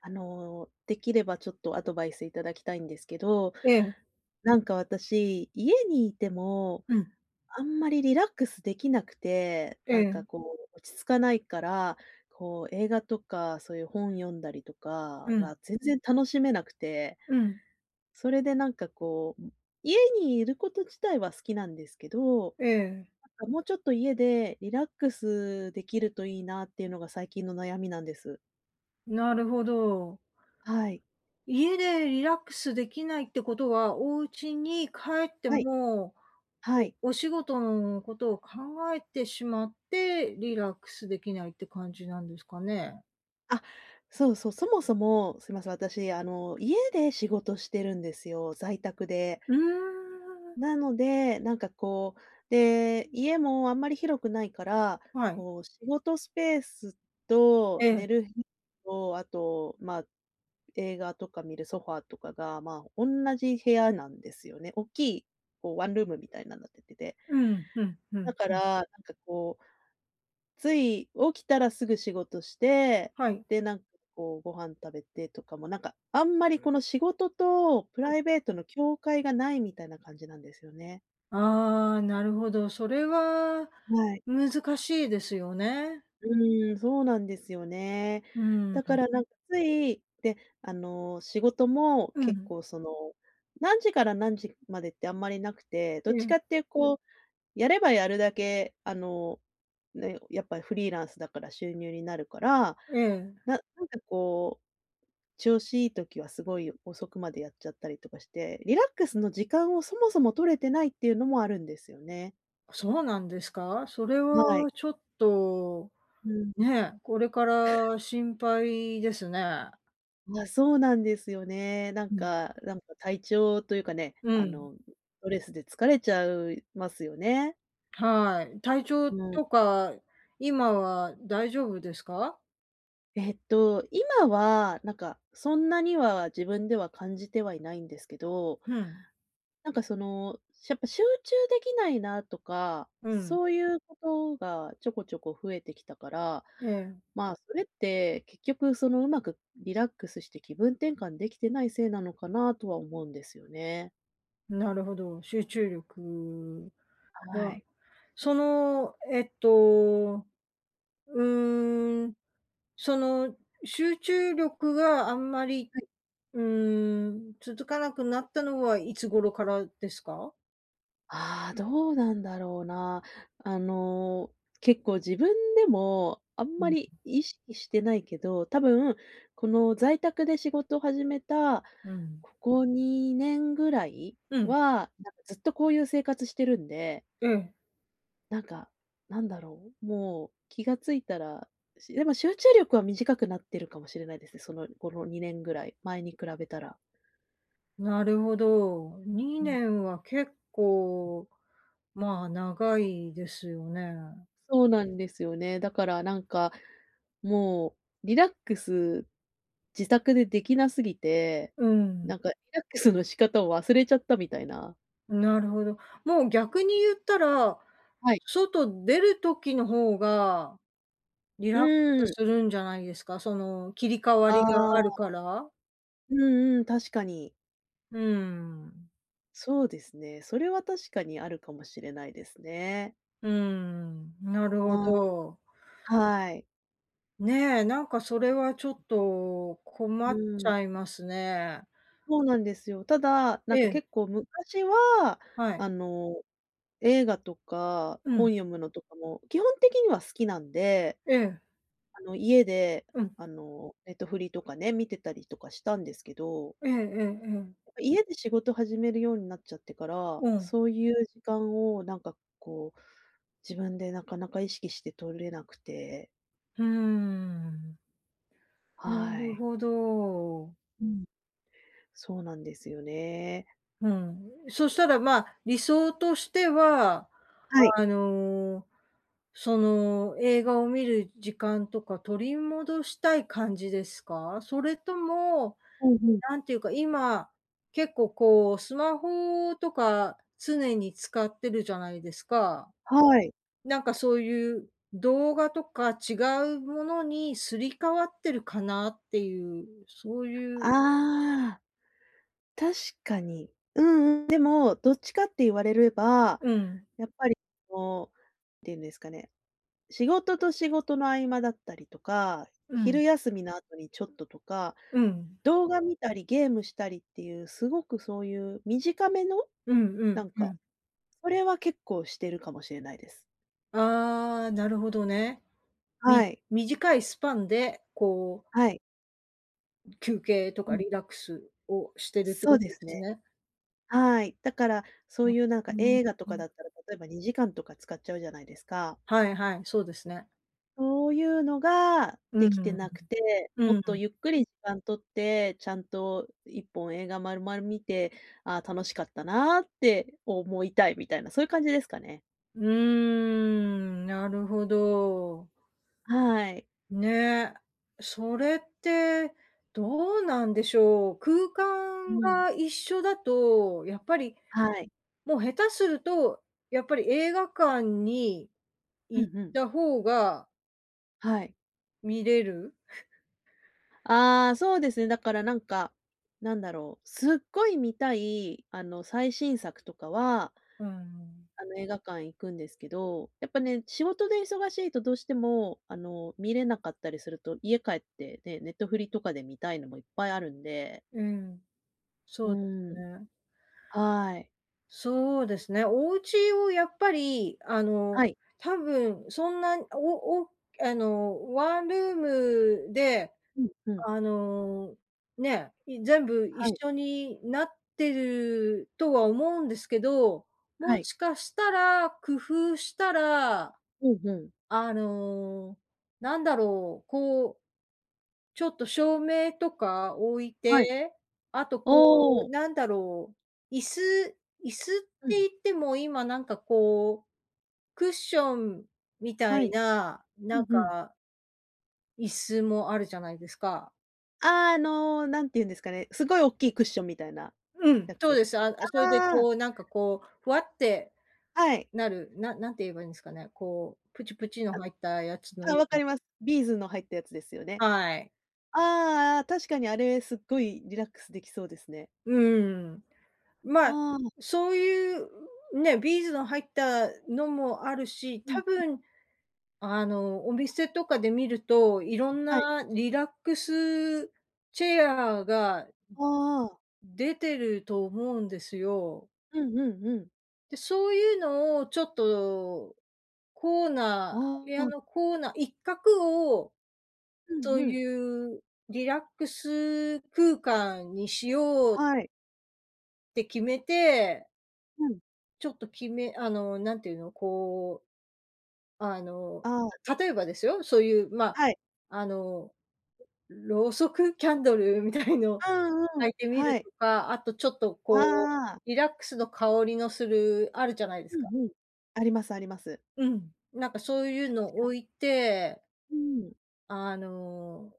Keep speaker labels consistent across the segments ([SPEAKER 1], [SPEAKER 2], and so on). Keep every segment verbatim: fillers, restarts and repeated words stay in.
[SPEAKER 1] あの、できればちょっとアドバイスいただきたいんですけど、
[SPEAKER 2] ええ、
[SPEAKER 1] なんか私、家にいても、
[SPEAKER 2] うん、
[SPEAKER 1] あんまりリラックスできなくて、
[SPEAKER 2] え
[SPEAKER 1] なん
[SPEAKER 2] え、
[SPEAKER 1] かこう、落ち着かないから、こう映画とか、そういう本読んだりとか
[SPEAKER 2] うん、
[SPEAKER 1] が全然楽しめなくて、
[SPEAKER 2] うん、
[SPEAKER 1] それでなんかこう、家にいること自体は好きなんですけど、
[SPEAKER 2] ええ、
[SPEAKER 1] なんかもうちょっと家でリラックスできるといいなっていうのが最近の悩みなんです。
[SPEAKER 2] なるほど。
[SPEAKER 1] はい。
[SPEAKER 2] 家でリラックスできないってことは、お家に帰って
[SPEAKER 1] はい。
[SPEAKER 2] も、
[SPEAKER 1] はい。
[SPEAKER 2] おお仕事のことを考えてしまって、リラックスできないって感じなんですかね？
[SPEAKER 1] あ、そうそう、そもそも、すみません、私、あの、家で仕事してるんですよ、在宅で。
[SPEAKER 2] うーん、
[SPEAKER 1] なので、なんかこう、で、家もあんまり広くないから、
[SPEAKER 2] はい。
[SPEAKER 1] こう、仕事スペース
[SPEAKER 2] え
[SPEAKER 1] と
[SPEAKER 2] え、
[SPEAKER 1] 寝る日と、あと、まあ、映画とか見るソファーとかが、まあ、同じ部屋なんですよね。大きい、こう、ワンルームみたいなのになってて。
[SPEAKER 2] うん、うんう
[SPEAKER 1] だ
[SPEAKER 2] ん
[SPEAKER 1] か
[SPEAKER 2] うん。
[SPEAKER 1] ら、なんかこうつい起きたらすぐ仕事して、
[SPEAKER 2] はい。
[SPEAKER 1] で、なんかこうご飯食べてとかも、なんかあんまりこの仕事とプライベートの境界がないみたいな感じなんですよね。
[SPEAKER 2] ああ、なるほど、それは
[SPEAKER 1] はい。
[SPEAKER 2] 難しいですよね。
[SPEAKER 1] うーん、そうなんですよね。
[SPEAKER 2] うん、
[SPEAKER 1] だからなん。んかつい、で、あの、仕事も
[SPEAKER 2] う
[SPEAKER 1] 結
[SPEAKER 2] ん、
[SPEAKER 1] 構その、何時から何時までってあんまりなくて、
[SPEAKER 2] え
[SPEAKER 1] どっち
[SPEAKER 2] え、
[SPEAKER 1] かっていうこう、やればやるだけ、あの、ね、やっぱりフリーランスだから収入になるから、
[SPEAKER 2] ええ。
[SPEAKER 1] ななんかこう調子いい時はすごい遅くまでやっちゃったりとかして、リラックスの時間をそもそも取れてないっていうのもあるんですよね。
[SPEAKER 2] そうなんですか？それ
[SPEAKER 1] は
[SPEAKER 2] は
[SPEAKER 1] い。
[SPEAKER 2] ちょっと、
[SPEAKER 1] うん。
[SPEAKER 2] ね、これから心配ですね。
[SPEAKER 1] あ、そうなんですよね。なん
[SPEAKER 2] うん。
[SPEAKER 1] かなんか体調というかね、
[SPEAKER 2] う
[SPEAKER 1] あ
[SPEAKER 2] ん、
[SPEAKER 1] の、ストレスで疲れちゃいますよね。
[SPEAKER 2] はい。体調
[SPEAKER 1] うん。
[SPEAKER 2] とか、今は大丈夫ですか？
[SPEAKER 1] えっと、今はなんかそんなには自分では感じてはいないんですけど
[SPEAKER 2] うん、
[SPEAKER 1] なんかその、やっぱ集中できないなとか、
[SPEAKER 2] うん、
[SPEAKER 1] そういうことがちょこちょこ増えてきたから、
[SPEAKER 2] ええ、
[SPEAKER 1] まあ、それって結局そのうまくリラックスして気分転換できてないせいなのかなとは思うんですよね。
[SPEAKER 2] なるほど、集中力
[SPEAKER 1] は
[SPEAKER 2] は、
[SPEAKER 1] い。
[SPEAKER 2] その、えっと、うーん、その、集中力があんまり、うーん、続かなくなったのはいつ頃からですか？
[SPEAKER 1] ああ、どうなんだろうな。あの、結構自分でもあん
[SPEAKER 2] う
[SPEAKER 1] ま
[SPEAKER 2] ん
[SPEAKER 1] り意識してないけど、多分この在宅で仕事を始めた、
[SPEAKER 2] うん。
[SPEAKER 1] ここにねんぐらい
[SPEAKER 2] うん。
[SPEAKER 1] は、なんかずっとこういう生活してるんで、
[SPEAKER 2] ええ、
[SPEAKER 1] なんか、なんだろう、もう気がついたら、しでも集中力は短くなってるかもしれないですね、そのこのにねんぐらい、前に比べたら。
[SPEAKER 2] なるほど。にねんは結構、まあ、長いですよね。
[SPEAKER 1] そうなんですよね。だからなんか、もうリラックス、自宅でできなすぎて、
[SPEAKER 2] うん、
[SPEAKER 1] なんかリラックスの仕方を忘れちゃったみたいな。
[SPEAKER 2] なるほど。もう逆に言ったら、
[SPEAKER 1] はい。
[SPEAKER 2] 外出る時の方がリ
[SPEAKER 1] う
[SPEAKER 2] ラックス
[SPEAKER 1] ん。
[SPEAKER 2] するんじゃないですか？その、切り替わ
[SPEAKER 1] あ
[SPEAKER 2] りがあ
[SPEAKER 1] あ、
[SPEAKER 2] るから。
[SPEAKER 1] うんうん、確かに。
[SPEAKER 2] うん。
[SPEAKER 1] そうですね。それは確かにあるかもしれないですね。
[SPEAKER 2] うん、なる
[SPEAKER 1] う
[SPEAKER 2] ほ
[SPEAKER 1] ん、
[SPEAKER 2] ど。
[SPEAKER 1] はい。
[SPEAKER 2] ね、えなんかそれはちょっと困
[SPEAKER 1] う
[SPEAKER 2] っち
[SPEAKER 1] ん、
[SPEAKER 2] ゃいますね。
[SPEAKER 1] そうなんですよ。ただ、な
[SPEAKER 2] え
[SPEAKER 1] んか
[SPEAKER 2] え、
[SPEAKER 1] 結構昔は、
[SPEAKER 2] はい。
[SPEAKER 1] あの、映画とか
[SPEAKER 2] うん、
[SPEAKER 1] 本読むのとかも基本的には好きなんで
[SPEAKER 2] ええ。
[SPEAKER 1] あの、家で、
[SPEAKER 2] うん。
[SPEAKER 1] あの、ネットフリとかね、見てたりとかしたんですけど、
[SPEAKER 2] ええええええ。
[SPEAKER 1] 家で仕事始めるようになっちゃってから、
[SPEAKER 2] うん。
[SPEAKER 1] そういう時間をなんかこう、自分でなかなか意識して取れなくて、
[SPEAKER 2] うーん。
[SPEAKER 1] は
[SPEAKER 2] なる
[SPEAKER 1] い。
[SPEAKER 2] ほど。
[SPEAKER 1] うん。そうなんですよね。
[SPEAKER 2] うん。そしたら、まあ、理想としては、
[SPEAKER 1] はい。
[SPEAKER 2] あの、その、映画を見る時間とか取り戻したい感じですか？それとも、
[SPEAKER 1] うんうん。
[SPEAKER 2] なんていうか、今、結構こう、スマホとか常に使ってるじゃないですか。
[SPEAKER 1] はい。
[SPEAKER 2] なんかそういう動画とか違うものにすり替わってるかなっていう、そういう
[SPEAKER 1] ああ、確かに。うんうん。でも、どっちかって言われれば、
[SPEAKER 2] うん、
[SPEAKER 1] やっぱり、あの、っていうんですかね仕事と仕事の合間だったりとか、
[SPEAKER 2] うん、
[SPEAKER 1] 昼休みの後にちょっととか、
[SPEAKER 2] うん、
[SPEAKER 1] 動画見たりゲームしたりっていう、すごくそういう短めの、
[SPEAKER 2] うんう
[SPEAKER 1] な
[SPEAKER 2] ん
[SPEAKER 1] んか、
[SPEAKER 2] うん。
[SPEAKER 1] それは結構してるかもしれないです。
[SPEAKER 2] ああ、なるほどね。み
[SPEAKER 1] はい。
[SPEAKER 2] 短いスパンで、こ
[SPEAKER 1] はい。
[SPEAKER 2] う、休憩と
[SPEAKER 1] う
[SPEAKER 2] か
[SPEAKER 1] ん。
[SPEAKER 2] リラックスをしてるって
[SPEAKER 1] そ
[SPEAKER 2] こ
[SPEAKER 1] う
[SPEAKER 2] と
[SPEAKER 1] で
[SPEAKER 2] で
[SPEAKER 1] す
[SPEAKER 2] す
[SPEAKER 1] ね。
[SPEAKER 2] ね。
[SPEAKER 1] はい。だから、そういうなんか映画と
[SPEAKER 2] う
[SPEAKER 1] か
[SPEAKER 2] ん。
[SPEAKER 1] だったら、例えばにじかんとか使っちゃうじゃないですか。
[SPEAKER 2] はいはい、そうですね。
[SPEAKER 1] そういうのがで
[SPEAKER 2] う
[SPEAKER 1] きて
[SPEAKER 2] ん、
[SPEAKER 1] なくて、
[SPEAKER 2] う
[SPEAKER 1] もっ
[SPEAKER 2] ん。
[SPEAKER 1] とゆっくり時間取って、ちゃんと一本映画丸々見て、ああ、楽しかったなって思いたいみたいな、そういう感じですかね。
[SPEAKER 2] うーん、なるほど。
[SPEAKER 1] はい。
[SPEAKER 2] ねえ、それってどうなんでしょう。空
[SPEAKER 1] う
[SPEAKER 2] 間
[SPEAKER 1] ん。
[SPEAKER 2] が一緒だと、やっぱり、
[SPEAKER 1] はい。
[SPEAKER 2] もう下手すると、やっぱり映画館に
[SPEAKER 1] う
[SPEAKER 2] 行っ
[SPEAKER 1] んうん。
[SPEAKER 2] た方が
[SPEAKER 1] はい。
[SPEAKER 2] 見れる。
[SPEAKER 1] ああ、そうですね、だからなんか、なんだろう、すっごい見たい、あの、最新作とかは
[SPEAKER 2] うん。
[SPEAKER 1] あの、映画館行くんですけど、やっぱね、仕事で忙しいとどうしても、あの、見れなかったりすると、家帰ってね、ネットフリとかで見たいのもいっぱいあるんで。
[SPEAKER 2] うん、
[SPEAKER 1] う
[SPEAKER 2] そうです
[SPEAKER 1] ーん。
[SPEAKER 2] ね。
[SPEAKER 1] はい。
[SPEAKER 2] そうですね。お家をやっぱり、あ
[SPEAKER 1] は
[SPEAKER 2] の、
[SPEAKER 1] い。
[SPEAKER 2] 多分そんな、おおあの、ワンルームで
[SPEAKER 1] うんうん。
[SPEAKER 2] あの、ね、い全部
[SPEAKER 1] は
[SPEAKER 2] 一
[SPEAKER 1] い。
[SPEAKER 2] 緒になってるとは思うんですけど、
[SPEAKER 1] は
[SPEAKER 2] も
[SPEAKER 1] い。
[SPEAKER 2] しかしたら、工夫したら、
[SPEAKER 1] うんうん。
[SPEAKER 2] あの、なんだろう、こう、ちょっと照明とか置い
[SPEAKER 1] はい。
[SPEAKER 2] て、あとこ
[SPEAKER 1] お
[SPEAKER 2] う、
[SPEAKER 1] お。
[SPEAKER 2] なんだろう、椅子椅子っ
[SPEAKER 1] う
[SPEAKER 2] て
[SPEAKER 1] ん。
[SPEAKER 2] 言っても今なんかこう、クッションみた
[SPEAKER 1] は
[SPEAKER 2] い
[SPEAKER 1] い。
[SPEAKER 2] な、
[SPEAKER 1] う
[SPEAKER 2] なん
[SPEAKER 1] んうん。
[SPEAKER 2] か椅子もあるじゃないですか。
[SPEAKER 1] ああ、の、なんて言うんですかね、すごいおっきいクッションみたいな
[SPEAKER 2] うん、
[SPEAKER 1] や
[SPEAKER 2] そう
[SPEAKER 1] つ。
[SPEAKER 2] です。あ、それで
[SPEAKER 1] ああ、
[SPEAKER 2] こう、なんかこう、ふわって
[SPEAKER 1] はい。
[SPEAKER 2] なる、ななんて言えばいいんですかね、こう、プチプチの
[SPEAKER 1] あ、
[SPEAKER 2] 入ったやつの
[SPEAKER 1] あ、
[SPEAKER 2] よ
[SPEAKER 1] 分
[SPEAKER 2] う
[SPEAKER 1] か
[SPEAKER 2] な
[SPEAKER 1] ります。ビーズの入ったやつですよね。
[SPEAKER 2] はい。
[SPEAKER 1] ああああ、確かにあれすっごいリラックスできそうですね。
[SPEAKER 2] うん。まあ、
[SPEAKER 1] ああ、
[SPEAKER 2] そういうね、ビーズの入ったのもあるし、
[SPEAKER 1] う
[SPEAKER 2] 多
[SPEAKER 1] ん、
[SPEAKER 2] 分あの、お店とかで見ると、いろん
[SPEAKER 1] はい。
[SPEAKER 2] なリラックスチェアが
[SPEAKER 1] ああ。
[SPEAKER 2] 出てると思うんですよ。
[SPEAKER 1] うんうんうん。
[SPEAKER 2] で、そういうのをちょっと、コーナー部
[SPEAKER 1] あ
[SPEAKER 2] 屋の
[SPEAKER 1] あ。
[SPEAKER 2] コーナー一角を、
[SPEAKER 1] う
[SPEAKER 2] そ
[SPEAKER 1] ん
[SPEAKER 2] う
[SPEAKER 1] うん。
[SPEAKER 2] いうリラックス空間にしようっ
[SPEAKER 1] はい。
[SPEAKER 2] て決めて、
[SPEAKER 1] うん。
[SPEAKER 2] ちょっと決めあの、なんていうの、こう、あの、
[SPEAKER 1] ああ、
[SPEAKER 2] 例えばですよ、そういう、まあ、
[SPEAKER 1] はい。
[SPEAKER 2] あの、ろうそくキャンドルみたいの
[SPEAKER 1] うんうん。
[SPEAKER 2] 焚いてみる
[SPEAKER 1] はい。
[SPEAKER 2] とか、あとちょっとこう、
[SPEAKER 1] ああ。
[SPEAKER 2] リラックスの香りのするあるじゃないです
[SPEAKER 1] う
[SPEAKER 2] か。
[SPEAKER 1] んうん。ありますあります。
[SPEAKER 2] うん、なんかそういうの置いて、
[SPEAKER 1] うん。
[SPEAKER 2] あの、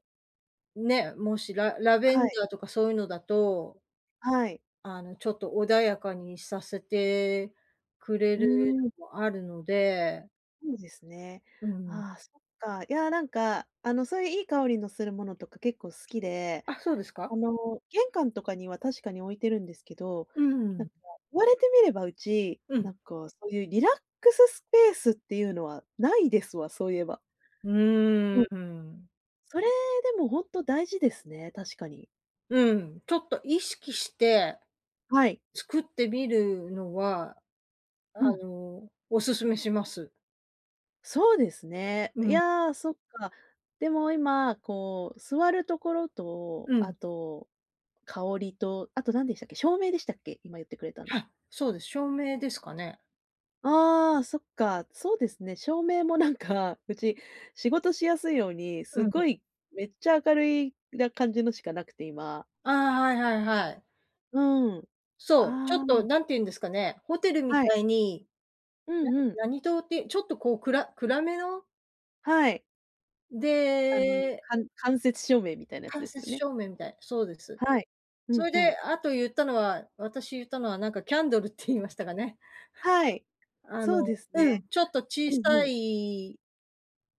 [SPEAKER 2] ね、もしララベ
[SPEAKER 1] は
[SPEAKER 2] ン
[SPEAKER 1] い、
[SPEAKER 2] ダーとかそういうのだと、
[SPEAKER 1] はい。
[SPEAKER 2] あの、ちょっと穏やかにさせてくれ
[SPEAKER 1] うー
[SPEAKER 2] る
[SPEAKER 1] ん、
[SPEAKER 2] のもあるので、
[SPEAKER 1] そうですね。
[SPEAKER 2] うん。
[SPEAKER 1] ああ、そっか。いや、なんか、あの、そういういい香りのするものとか結構好きで
[SPEAKER 2] あ、そうです
[SPEAKER 1] あ
[SPEAKER 2] か？
[SPEAKER 1] の、玄関とかには確かに置いてるんですけど、
[SPEAKER 2] う
[SPEAKER 1] な
[SPEAKER 2] ん、
[SPEAKER 1] んか言われてみれば、うち、
[SPEAKER 2] うん。
[SPEAKER 1] なんかそういうリラックススペースっていうのはないですわ、そういえば。
[SPEAKER 2] う
[SPEAKER 1] う
[SPEAKER 2] ー
[SPEAKER 1] ん。
[SPEAKER 2] ん。
[SPEAKER 1] それでもほんと大事ですね、確かに。
[SPEAKER 2] うん、ちょっと意識して
[SPEAKER 1] はい。
[SPEAKER 2] 作ってみるのは、あ
[SPEAKER 1] うん。
[SPEAKER 2] の、おすすめします。
[SPEAKER 1] そうですね。
[SPEAKER 2] う
[SPEAKER 1] い
[SPEAKER 2] ん、
[SPEAKER 1] や、そっか。でも今、こう座るところと、
[SPEAKER 2] う
[SPEAKER 1] あ
[SPEAKER 2] ん。
[SPEAKER 1] と香りと、あと何でしたっけ、照明でしたっけ？今言ってくれたの。
[SPEAKER 2] はい、そうです。照明ですかね。
[SPEAKER 1] ああ、そっか、そうですね。照明もなんか、うち仕事しやすいように、
[SPEAKER 2] う
[SPEAKER 1] す
[SPEAKER 2] ん。
[SPEAKER 1] ごいめっちゃ明るいな感じのしかなくて、今。
[SPEAKER 2] ああ、はいはいはい。
[SPEAKER 1] うん。
[SPEAKER 2] そう、ちょっ
[SPEAKER 1] ああ、
[SPEAKER 2] となんて言うんですかね、ホテルみ
[SPEAKER 1] はい。
[SPEAKER 2] たいに、
[SPEAKER 1] う
[SPEAKER 2] な
[SPEAKER 1] んうん。
[SPEAKER 2] 何棟って、ちょっとこう、くら暗めの、
[SPEAKER 1] はい。あの、
[SPEAKER 2] で、
[SPEAKER 1] かん間接照明みたいなやつ
[SPEAKER 2] 間
[SPEAKER 1] です
[SPEAKER 2] 接
[SPEAKER 1] よね。
[SPEAKER 2] 照明みたいそうです。
[SPEAKER 1] はい。う
[SPEAKER 2] そ
[SPEAKER 1] ん
[SPEAKER 2] れ
[SPEAKER 1] うん。
[SPEAKER 2] で、あと言ったのは私言ったのはなんかキャンドルって 言いましたかね。
[SPEAKER 1] はい。
[SPEAKER 2] あ
[SPEAKER 1] そう
[SPEAKER 2] の
[SPEAKER 1] ですね。
[SPEAKER 2] うん、ちょっと小
[SPEAKER 1] うん
[SPEAKER 2] さ
[SPEAKER 1] うん。
[SPEAKER 2] い、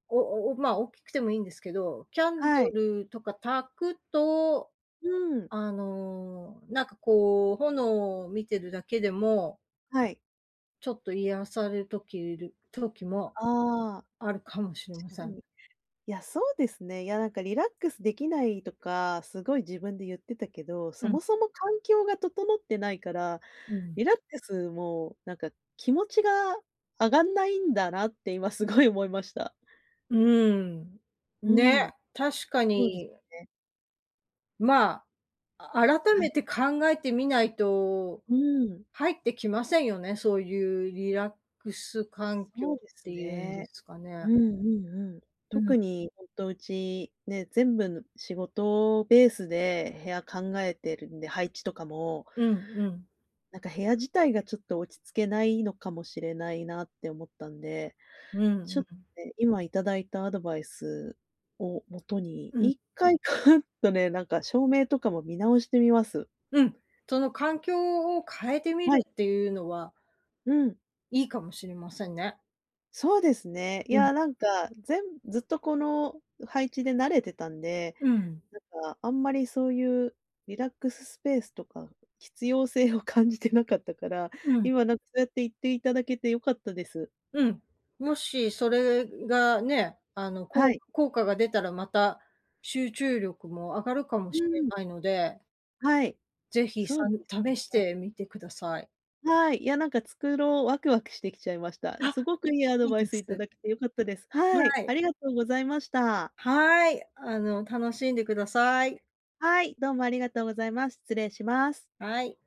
[SPEAKER 2] おおおまあ、大きくてもいいんですけど、キャン
[SPEAKER 1] は
[SPEAKER 2] ド
[SPEAKER 1] い。
[SPEAKER 2] ルとか焚くと、
[SPEAKER 1] うん。
[SPEAKER 2] あの、なんかこう、炎を見てるだけでも、
[SPEAKER 1] はい。
[SPEAKER 2] ちょっと癒される時いる時も
[SPEAKER 1] ああ。
[SPEAKER 2] あるかもしれません。
[SPEAKER 1] いや、そうですね。いや、なんかリラックスできないとか、すごい自分で言ってたけど、
[SPEAKER 2] う
[SPEAKER 1] そ
[SPEAKER 2] ん、
[SPEAKER 1] もそも環境が整ってないから、
[SPEAKER 2] うん。
[SPEAKER 1] リラックスもなんか気持ちが上がんないんだなって今すごい思いました。
[SPEAKER 2] うーん。
[SPEAKER 1] うん、
[SPEAKER 2] ね、確か
[SPEAKER 1] そうです
[SPEAKER 2] に、
[SPEAKER 1] ね。
[SPEAKER 2] まあ、あ改
[SPEAKER 1] はい。
[SPEAKER 2] めて考えてみないと、
[SPEAKER 1] うん、
[SPEAKER 2] 入ってきませんよね、そういうリラックス環境
[SPEAKER 1] そう
[SPEAKER 2] っ
[SPEAKER 1] です
[SPEAKER 2] ていうんで
[SPEAKER 1] ね。
[SPEAKER 2] すか
[SPEAKER 1] う
[SPEAKER 2] ね。
[SPEAKER 1] んうんうん。
[SPEAKER 2] うん。
[SPEAKER 1] 特にほんとうち、ね、全部の仕事ベースで部屋考えてるんで、配置とかも。
[SPEAKER 2] うんうん。
[SPEAKER 1] なんか部屋自体がちょっと落ち着けないのかもしれないなって思ったんで、
[SPEAKER 2] うん
[SPEAKER 1] ち
[SPEAKER 2] う
[SPEAKER 1] ょっと
[SPEAKER 2] ん。
[SPEAKER 1] ね、今いただいたアドバイスをもとに、
[SPEAKER 2] うん。
[SPEAKER 1] いっかいガーッとね、なんか照明とかも見直してみます。
[SPEAKER 2] うん。その環境を変えてみ
[SPEAKER 1] は
[SPEAKER 2] る
[SPEAKER 1] い。
[SPEAKER 2] っていうのは、
[SPEAKER 1] うん。
[SPEAKER 2] いいかもしれませんね。
[SPEAKER 1] そうですね。い
[SPEAKER 2] うん。
[SPEAKER 1] や、なんか、ぜんずっとこの配置で慣れてたんで、
[SPEAKER 2] うん。
[SPEAKER 1] なんかあんまりそういうリラックススペースとか必要性を感じてなかったから、
[SPEAKER 2] うん。
[SPEAKER 1] 今なんかそうやって言っていただけて良かったです。
[SPEAKER 2] うん。もしそれがね、あの、
[SPEAKER 1] は
[SPEAKER 2] こ
[SPEAKER 1] い。
[SPEAKER 2] う効果が出たらまた集中力も上がるかも
[SPEAKER 1] う
[SPEAKER 2] しれ
[SPEAKER 1] ん、
[SPEAKER 2] ないので、
[SPEAKER 1] はい。
[SPEAKER 2] ぜひ
[SPEAKER 1] そ
[SPEAKER 2] さ
[SPEAKER 1] うで
[SPEAKER 2] ん
[SPEAKER 1] す
[SPEAKER 2] 試し
[SPEAKER 1] ね。
[SPEAKER 2] てみてください。
[SPEAKER 1] はい。いや、なんか作ろうワクワクしてきちゃいました。
[SPEAKER 2] あ、
[SPEAKER 1] すごくいいアド
[SPEAKER 2] いい
[SPEAKER 1] バイ
[SPEAKER 2] で
[SPEAKER 1] スいた
[SPEAKER 2] す。
[SPEAKER 1] だけて良かったです。はい。
[SPEAKER 2] は
[SPEAKER 1] あ
[SPEAKER 2] い。
[SPEAKER 1] りがとうございました。
[SPEAKER 2] はい。あの、楽しんでください。
[SPEAKER 1] はい、どうもありがとうございます。失礼します。
[SPEAKER 2] はい。